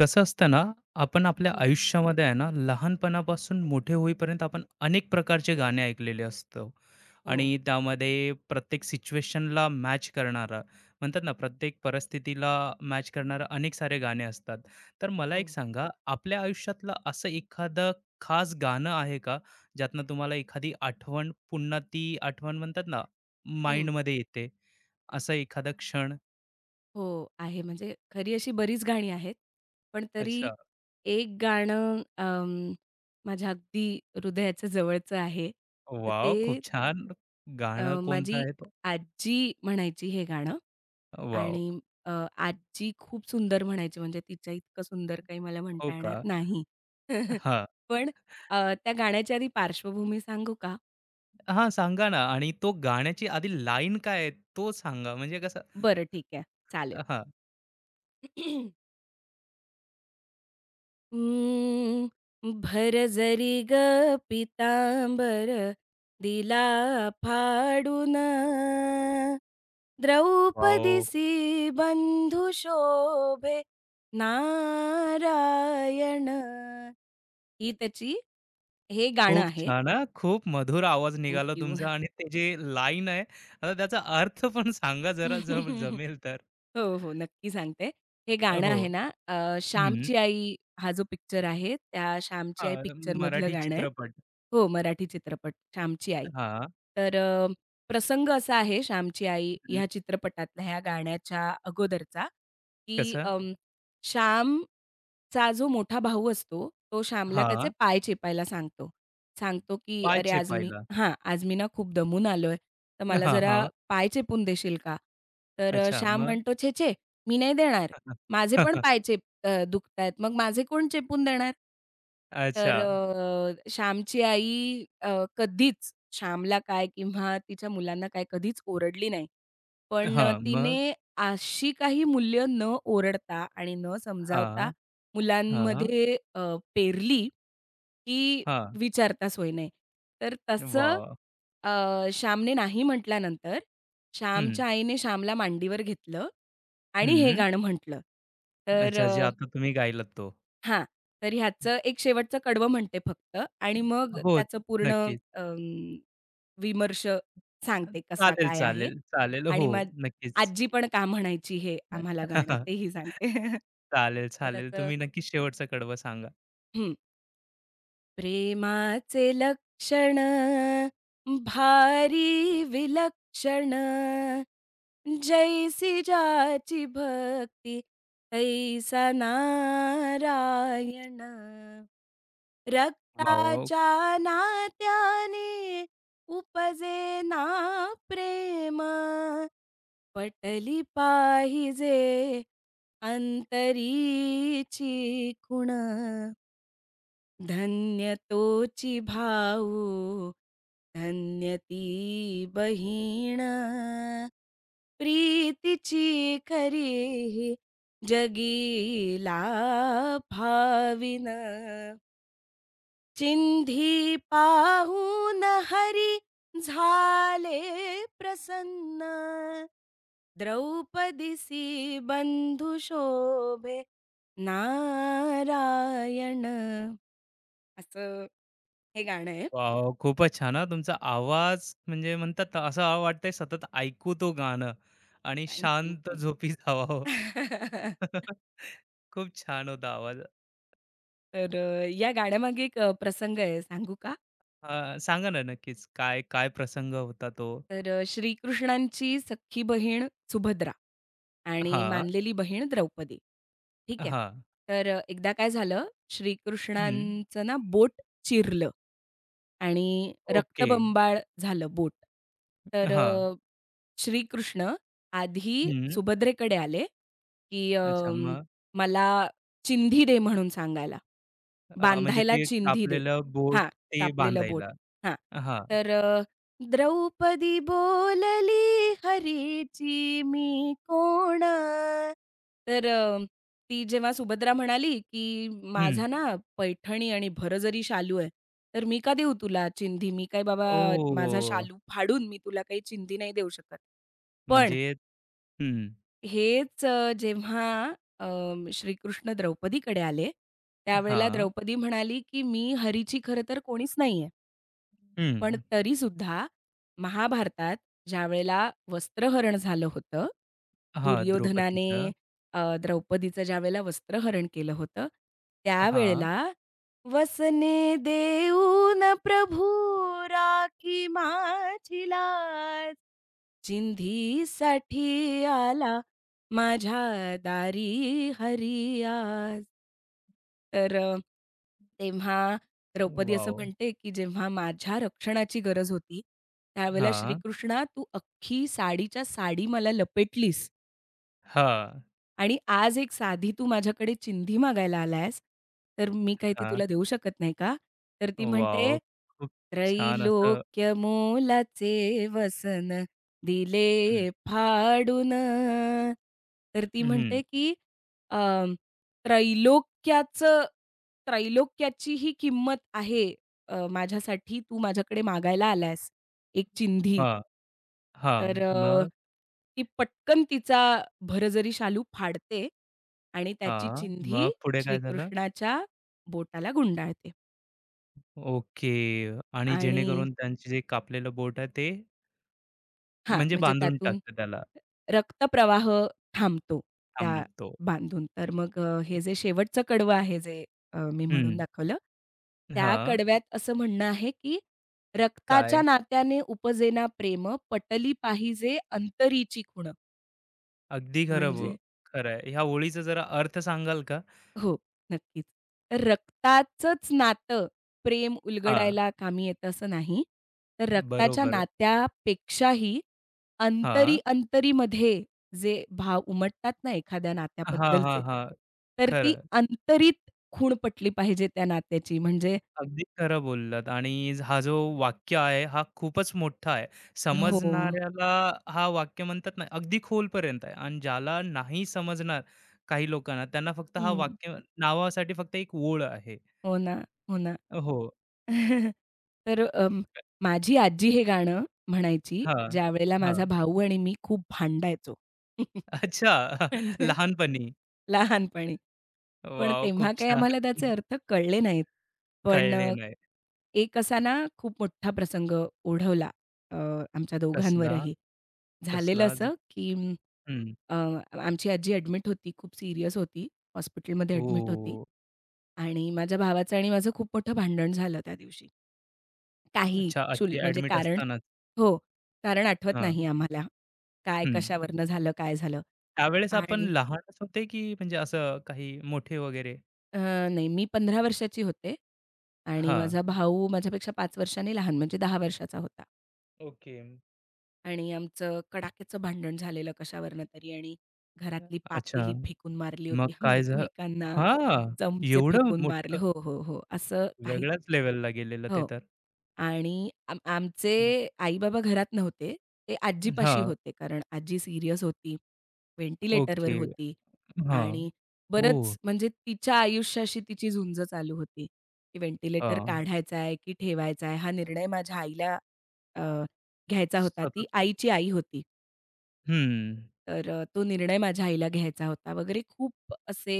कसं असतं ना, आपण आपल्या हं. आयुष्यामध्ये आहे ना, लहानपणापासून मोठे होईपर्यंत आपण अनेक प्रकारचे गाणे ऐकलेले असतो हो. आणि त्यामध्ये प्रत्येक सिच्युएशनला मॅच करणारा म्हणतात ना, प्रत्येक परिस्थितीला मॅच करणारे अनेक सारे गाणे असतात. तर मला एक हो. सांगा, आपल्या आयुष्यातलं असं एखादं खास गाणं आहे का, ज्यातनं तुम्हाला एखादी आठवण पुन्हा ती आठवण म्हणतात ना, हं. माइंडमध्ये येते, असा एखादा क्षण? हो, आहे. म्हणजे खरी अशी बरीच गाणी आहेत. पण तरी अच्छा, एक गाणं माझ्या अगदी हृदयाच्या जवळचं आहे. तर वॉव! खूप ते छान. गाणं कोणतं माझी आहे? आजी म्हणायची हे गाणं वॉव! आणि अ, आजी खूप सुंदर म्हणायची म्हणजे तिच्या इतकं सुंदर काही मला हो म्हणता येणार का? नाही. हां. पण त्या गाण्याची आधी पार्श्वभूमी सांगू का? हां, सांगा ना आणि तो गाण्याची आधी लाईन काय आहे तो सांगा म्हणजे कसं बरं ठीक आहे. चालेल. हां. हं, भर जरी ग पितांबर दिला फाडून, वॉव! द्रौपदीसी बंधू शोभे नारायण. ही त्याची हे गाणं खूप आहे. छान हां. खूप मधुर आवाज थँक निघाला तुमचा आणि ते जे लाईन आहे आता त्याचा अर्थ पण सांगा जरा जम जमेल तर? हो, हो. नक्की सांगते. हे गाणं हो. आहे ना, हं. "श्यामची आई" हा जो पिक्चर आहे, त्या "श्यामची आई" हां, पिक्चरमधलं मराठी गाणं आहे. चित्रपट. हो, मराठी चित्रपट श्यामची आई. हां. तर प्रसंग असा आहे श्यामची आई हं. ह्या चित्रपटातला, ह्या गाण्याच्या अगोदरचा, की कसं? श्यामचा जो मोठा भाऊ असतो, तो श्यामला त्याचे हां. पाय चेपायला सांगतो. सांगतो, की "अरे, पायचे आज मी पायला. हां, आज मी ना खूप दमून आलोय, तर मला हां, जरा हां. पाय चेपून देशील का?" तर अच्छा श्याम मग? म्हणतो, "छे, छे, मी नाही देणार. माझे पण पाय दुखतायत. मग माझे कोण चेपून देणार? अच्छा. तर श्यामची आई कधीच श्यामला काय किंवा तिच्या मुलांना काय कधीच ओरडली नाही. पण हां, मग? तिने अशी काही मूल्य न ओरडता आणि न हां, समजावता हां, मुलांमध्ये पेरली, की हां. विचारता सोय नाही. तर तसं वाह! अ, श्यामने नाही म्हटल्यानंतर हं. श्यामच्या आईने श्यामला मांडीवर घेतलं आणि हे हम्म. गाणं म्हटलं. तर अच्छा, जे आता तुम्ही गायलात तो. हां. तर ह्याचं एक शेवटचं कडवं म्हणते फक्त आणि मग हो, त्याचं पूर्ण नक्कीच. विमर्श सांगते कसा चालेल, काय आहे चालेल, चालेल. हो, आणि मग नक्कीच. आजी पण का म्हणायची हे आम्हाला गाणं तेही सांगते. चालेल, तर चालेल. त्याचं तुम्ही नक्कीच शेवटचा कडवं सांगा. हं. प्रेमाचे लक्षण भारी विलक्षण जैसी जाची भक्ती तैसा नारायण. वॉव! रक्ताच्या नात्याने उपजे ना प्रेम, पटली पाहिजे अंतरीची खुण. धन्य तोची भाऊ, धन्य ती बहीण, प्रीतीची खरी जगीला भाविन. चिंधी पाहून हरी झाले प्रसन्न द्रौपदीसी बंधू शोभे नारायण असं हे गाणं आहे. वॉव! खूपच छान हां. तुमचा आवाज म्हणजे म्हणतात ना, असं वाटतंय सतत ऐकू तो गाणं आणि शांत थँक झोपी जावावं. खूप छान होता आवाज. तर या गाण्यामागे एक प्रसंग आहे सांगू का? सांगा ना नक्कीच काय काय प्रसंग होता तो? तर श्रीकृष्णांची सख्खी बहीण सुभद्रा आणि हां, मानलेली बहीण द्रौपदी. ठीक आहे. हां. तर एकदा काय झालं, हं. श्रीकृष्णांचं ना बोट चिरलं आणि ओके. रक्तबंबाळ झालं बोट. तर हां. श्रीकृष्ण आधी सुभद्रेकडे आले, की अच्छा मग "मला चिंधी दे म्हणून सांगायला. म्हणजे बांधायला ते चिंधी दे." कापलेलं बोट हां, ते कापलेलं बोट. बांधायला. हां. हां. तर द्रौपदी बोलली हरीची मी कोण? तर ती जेव्हा सुभद्रा म्हणाली, की हं. "माझा ना पैठणी आणि भरजरी शालू आहे, तर मी का देऊ तुला चिंधी? मी काय बाबा माझा ओह! शालू फाडून मी तुला काही चिंधी नाही देऊ शकत." पण म्हणजे हं. हेच जेव्हा अ, श्रीकृष्ण द्रौपदीकडे आले, त्यावेळेला हां. द्रौपदी म्हणाली, की "मी हरीची खरं तर कोणीच नाहीये." हं. पण तरी सुद्धा महाभारतात ज्यावेळेला वस्त्रहरण झालं होतं, हां, दुर्योधनाने द्रौपदीचं. द्रौपदीचं ज्यावेळेला वस्त्रहरण केलं होतं, हां. त्यावेळेला "वसने देऊन प्रभू राखी माझी लाज, चिंधीसाठी आला माझ्या दारी हरी आज." तर तेव्हा द्रौपदी असं वॉव! म्हणते, की "जेव्हा माझ्या रक्षणाची गरज होती, त्यावेळेला हां. श्रीकृष्णा तू अख्खी साडीच्या साडी मला लपेटलीस." हां. आणि आज एक साधी तू माझ्याकडे चिंधी मागायला आलायस, तर मी काही ती हां. तुला देऊ शकत नाही का?" तर ती म्हणते, वॉव! खूप छान असं "त्रैलोक्य मोलाचे वसन हं. दिले फाडून." तर ती हं. म्हणते, की अ, "त्रैलोक्याचं त्रैलोक्याची ही किंमत आहे माझ्यासाठी तू माझ्याकडे मागायला आलायस, एक चिंधी." हां. तर हां. मग? ती पटकन तिचा भरजरी शालू फाडते आणि त्याची हां. चिंधी मग पुढे काय झालं? श्रीकृष्णाच्या बोटाला गुंडाळते ओके. आणि आणि जेणेकरून त्यांचे जे कापलेलं बोट आहे ते हां, म्हणजे म्हणजे बांधून त्यातून टाकतं त्याला, रक्तप्रवाह थांबतो त्या थांबतो. बांधून. तर मग हे जे शेवटचं कडवं आहे जे मी म्हणून हं. दाखवलं, त्या हां. कडव्यात असं म्हणणं आहे, की "रक्ताच्या काय? नात्याने उपजेना प्रेम, पटली पाहिजे अंतरीची खुण." अगदी खरं बो म्हणजे खरं आहे. ह्या ओळीचा जरा अर्थ सांगाल का? हो, नक्कीच. तर रक्ताचंच नातं प्रेम हां, उलगडायला कामी येतं असं नाही. तर रक्ताच्या बरोबर. नात्यापेक्षाही हां. अंतरी-अंतरीमध्ये जे भाव उमटतात ना एखाद्या हां, हां, नात्याबद्दलचे, हां. तर ती खरं. अंतरीत खूण पटली पाहिजे त्या नात्याची. म्हणजे अगदी खरं बोललात आणि हा जो वाक्य आहे, हा खूपच मोठा आहे. हो. समजणाऱ्याला हा वाक्य म्हणतात ना, अगदी खोलपर्यंत आहे आणि ज्याला नाही समजणार काही लोकांना, त्यांना फक्त हा हं. वाक्य नावासाठी फक्त एक ओळ आहे. हो ना, हो ना. हो. तर माझी आजी हे गाणं म्हणायची, हां, ज्यावेळेला माझा हां. भाऊ आणि मी खूप भांडायचो. अच्छा. म्हणजे लहानपणी. लहानपणी. पण वॉव! तेव्हा खूप काही छान. आम्हाला त्याचे अर्थ कळले नाहीत. पण कळले नाही. एक असा ना खूप मोठा प्रसंग ओढवला अ, आमच्या कसला दोघांवरही. झालेलं कसला आज? असं, की हं. अ, आमची आजी ॲडमिट होती. खूप सीरियस होती. हॉस्पिटलमध्ये ॲडमिट होती. ओह! आणि माझ्या भावाचं आणि माझं खूप मोठं भांडण झालं त्या दिवशी. काही अच्छा, शूल आजी म्हणजे ॲडमिट कारण असतानाच. हो. कारण आठवत हां. नाही आम्हाला. काय हं. कशावरनं झालं, काय झालं. त्यावेळेस आपण आणि लहानच होते, की म्हणजे असं काही मोठे वगैरे? अ, नाही मी 15 वर्षाची होते आणि हां. माझा भाऊ माझ्यापेक्षा 5 वर्षांनी लहान म्हणजे 10 वर्षाचा होता. ओके. आणि आमचं कडाक्याचं भांडण झालेलं कशावरनं तरी आणि घरातली अच्छा. पातेली फेकून मारली मग होती आम्ही काय झा एकमेकांना. हां. चमचे एवढं फेकून मारले. मोठं हो, हो, हो. असं काही वेगळ्याच लेव्हलला गेलेलं ते हो. तर. आणि आमचे आई-बाबा घरात नव्हते. ते आजीपाशी हां. होते. कारण आजी सीरियस होती. व्हेंटिलेटरवर ओके. होती हां. आणि ओह! बरंच म्हणजे तिच्या आयुष्याशी तिची झुंज चालू होती, की व्हेंटिलेटर हां. काढायचा आहे की ठेवायचा आहे? हा निर्णय माझ्या आईला घ्यायचा होता. ती सतत आईची आई होती. हं. तर तो निर्णय माझ्या आईला घ्यायचा होता वगैरे खूप असे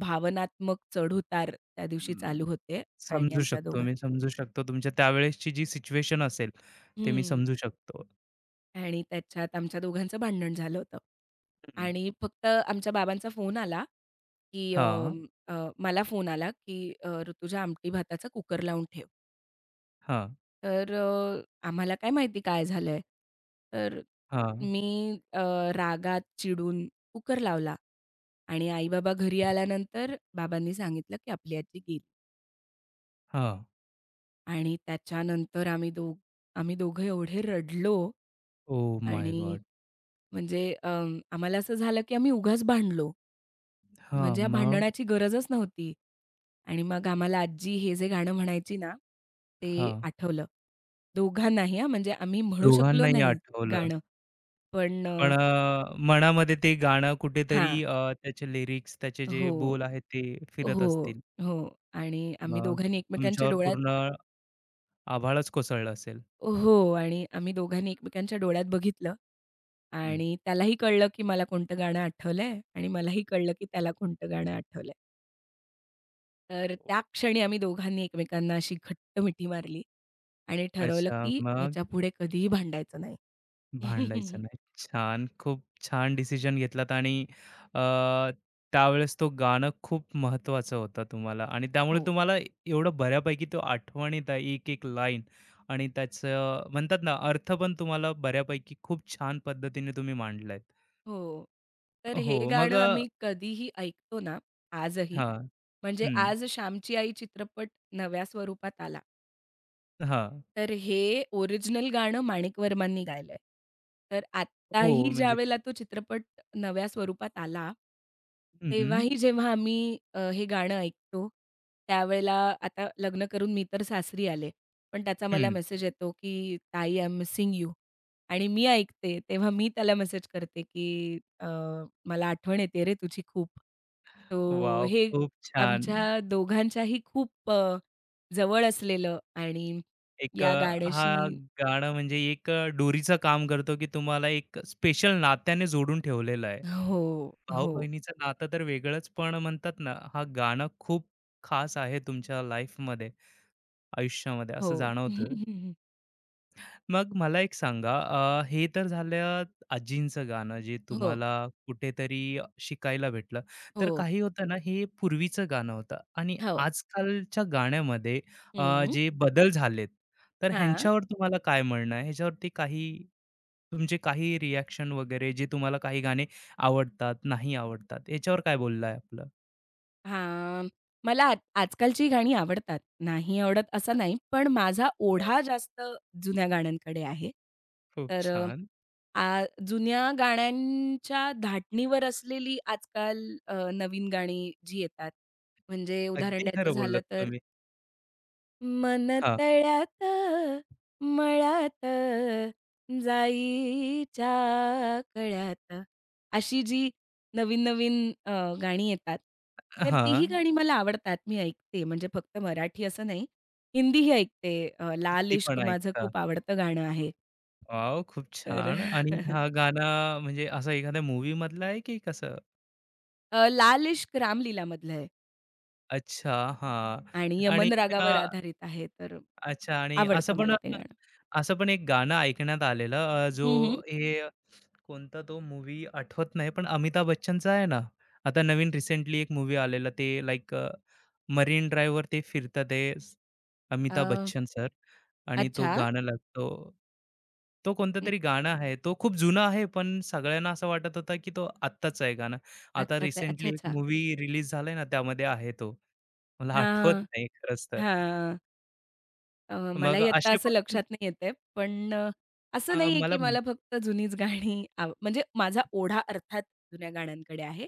भावनात्मक चढ त्या दिवशी हं. चालू होते आणि समजू आमच्या शकतो दोघां मी, समजू शकतो. तुमच्या त्यावेळेसची जी सिच्युएशन असेल, ते मी हं. समजू शकतो. आणि त्याच्यात आमच्या दोघांचं भांडण झालं होतं. हं. आणि फक्त आमच्या बाबांचा फोन आला, की अ, हां. अ, मला फोन आला, की "ऋतुजा आमटी भाताचा कुकर लावून ठेव." हां, तर आम्हाला काय माहिती काय झालंय? तर हां, मी रागात चिडून कुकर लावला आणि आई-बाबा घरी आल्यानंतर बाबांनी सांगितलं, की आपली आजी गेली हां. आणि त्याच्यानंतर आम्ही दोघं एवढे रडलो ओह माय आणि गॉड! म्हणजे आम्हाला असं झालं, की आम्ही उगाच भांडलो. हां, म्हणजे या मग? भांडणाची गरजच नव्हती आणि मग आम्हाला आजी हे जे गाणं म्हणायची ना, ते हां, आठवलं. दोघांनाही हां, म्हणजे आम्ही म्हणू शकलो दोघांनाही नाही आठवलं. गाणं. पण पण मनामध्ये ते गाणं कुठेतरी हां. त्याचे लिरिक्स, त्याचे जे हो, बोल आहेत ते फिरत हो, असतील. हो. आणि आम्ही मग दोघांनी एकमेकांच्या तुमच्यावर पूर्ण डोळ्यात आभाळच कोसळलं असेल. हो आणि आम्ही दोघांनी एकमेकांच्या डोळ्यात बघितलं हं. आणि त्यालाही कळलं, की मला कोणतं गाणं आठवलंय आणि मलाही कळलं, की त्याला कोणतं गाणं आठवलंय. तर त्या क्षणी आम्ही दोघांनी एकमेकांना अशी घट्ट मिठी मारली आणि ठरवलं, अच्छा, की मग? ह्याच्यापुढे कधीही भांडायचं नाही. भांडायचं नाही. छान, खूप छान डिसिजन घेतलात आणि अ, त्यावेळेस तो गाणं खूप महत्त्वाचं होतं तुम्हाला आणि त्यामुळे हो. तुम्हाला एवढं बऱ्यापैकी तो आठवण आहे एक-एक लाईन आणि त्याचं म्हणतात ना, अर्थ पण तुम्हाला बऱ्यापैकी खूप छान पद्धतीने तुम्ही मांडलायत. हो. तर हो, हे मग गाणं आम्ही कधीही ऐकतो ना, आजही, हां, म्हणजे हं, आज "श्यामची आई" चित्रपट नव्या स्वरूपात आला. हां. तर हे ओरिजिनल गाणं माणिक वर्मांनी गायलंय. तर हो, आत्ताही म्हणजे ज्यावेळेला तो चित्रपट नव्या स्वरूपात आला, हं, तेव्हाही जेव्हा आम्ही हे गाणं ऐकतो, त्यावेळेला आता लग्न करून मी तर सासरी आले. पण त्याचा मला हं. मेसेज येतो, की "ताई, आय एम मिसिंग यू." आणि मी ऐकते तेव्हा मी त्याला मेसेज करते, की "मला आठवण येते रे तुझी खूप." तो वाह! हे खूप छान. आमच्या दोघांच्याही खूप जवळ असलेलं आणि एक या अ, गाण्याशी हा गाणं म्हणजे एक दोरीचं काम करतो, की तुम्हाला एक स्पेशल नात्याने जोडून ठेवलेलं आहे. हो, हो, भाऊ-बहिणीचं नातं तर वेगळंच, पण म्हणतात ना, हा गाणं खूप खास आहे तुमच्या लाईफमध्ये, आयुष्यामध्ये असं हो. जाणवतं. मग मला एक सांगा हे तर झालं आजींचं गाणं जे हो, तुम्हाला कुठेतरी शिकायला भेटलं. तर हो, काही होतं ना हे पूर्वीचं गाणं होतं आणि हो. आजकालच्या गाण्यामध्ये हं. जे बदल झालेत, तर हां, ह्यांच्यावर तुम्हाला काय म्हणणं आहे? ह्याच्यावरती काही तुमचे काही रिएक्शन वगैरे जे तुम्हाला काही गाणे आवडतात, नाही आवडतात याच्यावर काय बोलणं आहे आपलं? हां. मला आ आजकालची गाणी आवडतात. नाही आवडत असं नाही, पण माझा ओढा जास्त जुन्या गाण्यांकडे आहे. खूप तर अ, छान. आ जुन्या गाण्यांच्या धाटणीवर असलेली आजकाल नवीन गाणी जी येतात, म्हणजे उदाहरण अगदी द्यायचं खरं झालं बोललात तुम्ही. मन हां, तळ्यात मळ्यात जाईच्या कळ्यात अशी जी नवीन नवीन अ, गाणी येतात, तर तीही हां. गाणी मला आवडतात. मी ऐकते म्हणजे फक्त मराठी असं नाही, हिंदीही ऐकते. लाल हिंदी पण इश्क माझं ऐकता. खूप आवडतं गाणं आहे. वॉव! खूप तर छान आणि हा गाणा म्हणजे असा एखाद्या मूव्ही मधला आहे की कसं? लाल इश्क रामलीलामधलं आहे अच्छा, हां. आणि आणि यमन त्या रागावर आधारित आहे. तर अच्छा आणि असं आवडतं पण मला ते गाणं. असं पण एक गाणं ऐकण्यात आलेलं अ, जो हं, हं. हे कोणता तो मूव्ही आठवत नाही, पण अमिताभ बच्चनचा आहे ना, आता नवीन रिसेंटली एक मूव्ही आलेला ते लाइक अ मरीन ड्राईव्हवर ते फिरतात ते स अमिताभ अ, बच्चन सर आणि तो अच्छा. गाणं लागतो. तो कोणतं तरी गाणं आहे. तो खूप जुना आहे, पण सगळ्यांना असं वाटत होतं, की तो आत्ताच आहे गाणं. आता आत्ताच आहे. रिसेंटली अच्छा, एक अच्छा. मूव्ही रिलीज झालाय ना, त्यामध्ये आहे तो. मला आठवत हां. नाही खरंच तर. हां. अ, मग मलाही आत्ता असे असं पण लक्षात नाही येतंय. पण असं अ, नाहीये मला की म- मला फक्त जुनीच गाणी आव म्हणजे माझा ओढा अर्थात जुन्या गाण्यांकडे आहे.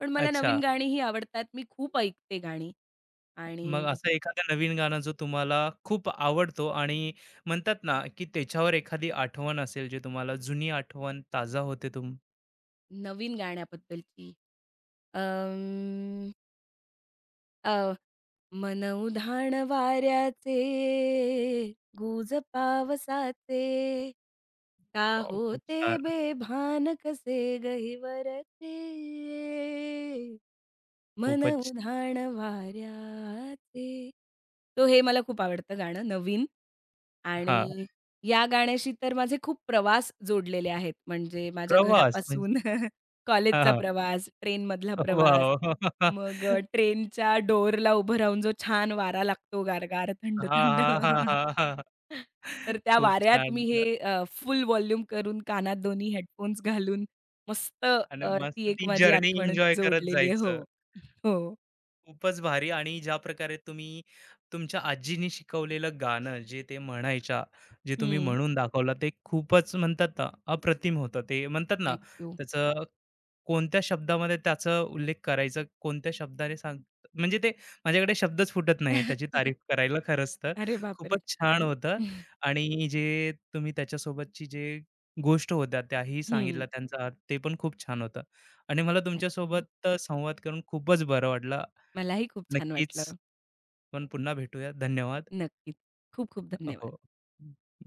पण मला नवीन अच्छा. गाणीही आवडतात. मी खूप ऐकते गाणी मग आणि असं एखादं नवीन गाणं जो तुम्हाला खूप आवडतो आणि म्हणतात ना, की त्याच्यावर एखादी आठवण असेल, जे तुम्हाला जुनी आठवण ताजा होते तुम नवीन गाण्याबद्दलची अं, अ मन उधाण वाऱ्याचे, गुज पावसाचे, का वॉव! खूप होते छान. बेभान कसे गहिवरचे. मन खूपच उधाण वाऱ्याचे. तो हे मला खूप आवडतं गाणं. नवीन हां, आणि या गाण्याशी तर माझे खूप प्रवास जोडलेले आहेत. म्हणजे माझ्या प्रवास म्हणजे घरापासून हां, कॉलेजचा हां. प्रवास, ट्रेनमधला प्रवास, वॉव! मग ट्रेनच्या डोअरला उभं राहून जो छान वारा लागतो गारगार, थंड, हां, थंड. हां, हां, हां, हां. तर त्या खूप वाऱ्यात छान मी हे फुल वॉल्यूम करून कानात दोन्ही हेडफोन्स घालून मस्त आणि ती मस्त एक ती माझी जर्नी आठवण एन्जॉय करत जोडलेली आहे. जायचं. हो, हो. खूपच भारी आणि ज्या प्रकारे तुम्ही तुमच्या आजीनी शिकवलेलं गाणं जे ते म्हणायच्या, जे तुम्ही हं. म्हणून दाखवलं ते खूपच म्हणतात ना, अप्रतिम होतं. ते म्हणतात ना, थँक त्याचं कोणत्या शब्दामध्ये त्याचा उल्लेख करायचा, कोणत्या शब्दाने सांग म्हणजे ते माझ्याकडे शब्दच फुटत नाहीये त्याची तारीफ करायला खरंच तर. अरे बापरे! खूपच थँक छान यू. होतं आणि जे तुम्ही त्याच्यासोबतची जे गोष्ट होत्या त्याही हं. सांगितल्या त्यांचा अर्थ ते पण खूप छान होतं आणि मला तुमच्यासोबत संवाद करून खूपच बरं वाटलं. मलाही खूप छान नक्कीच वाटलं. आपण पुन्हा भेटूया. धन्यवाद. नक्कीच. खूप खूप हो. धन्यवाद. बाय.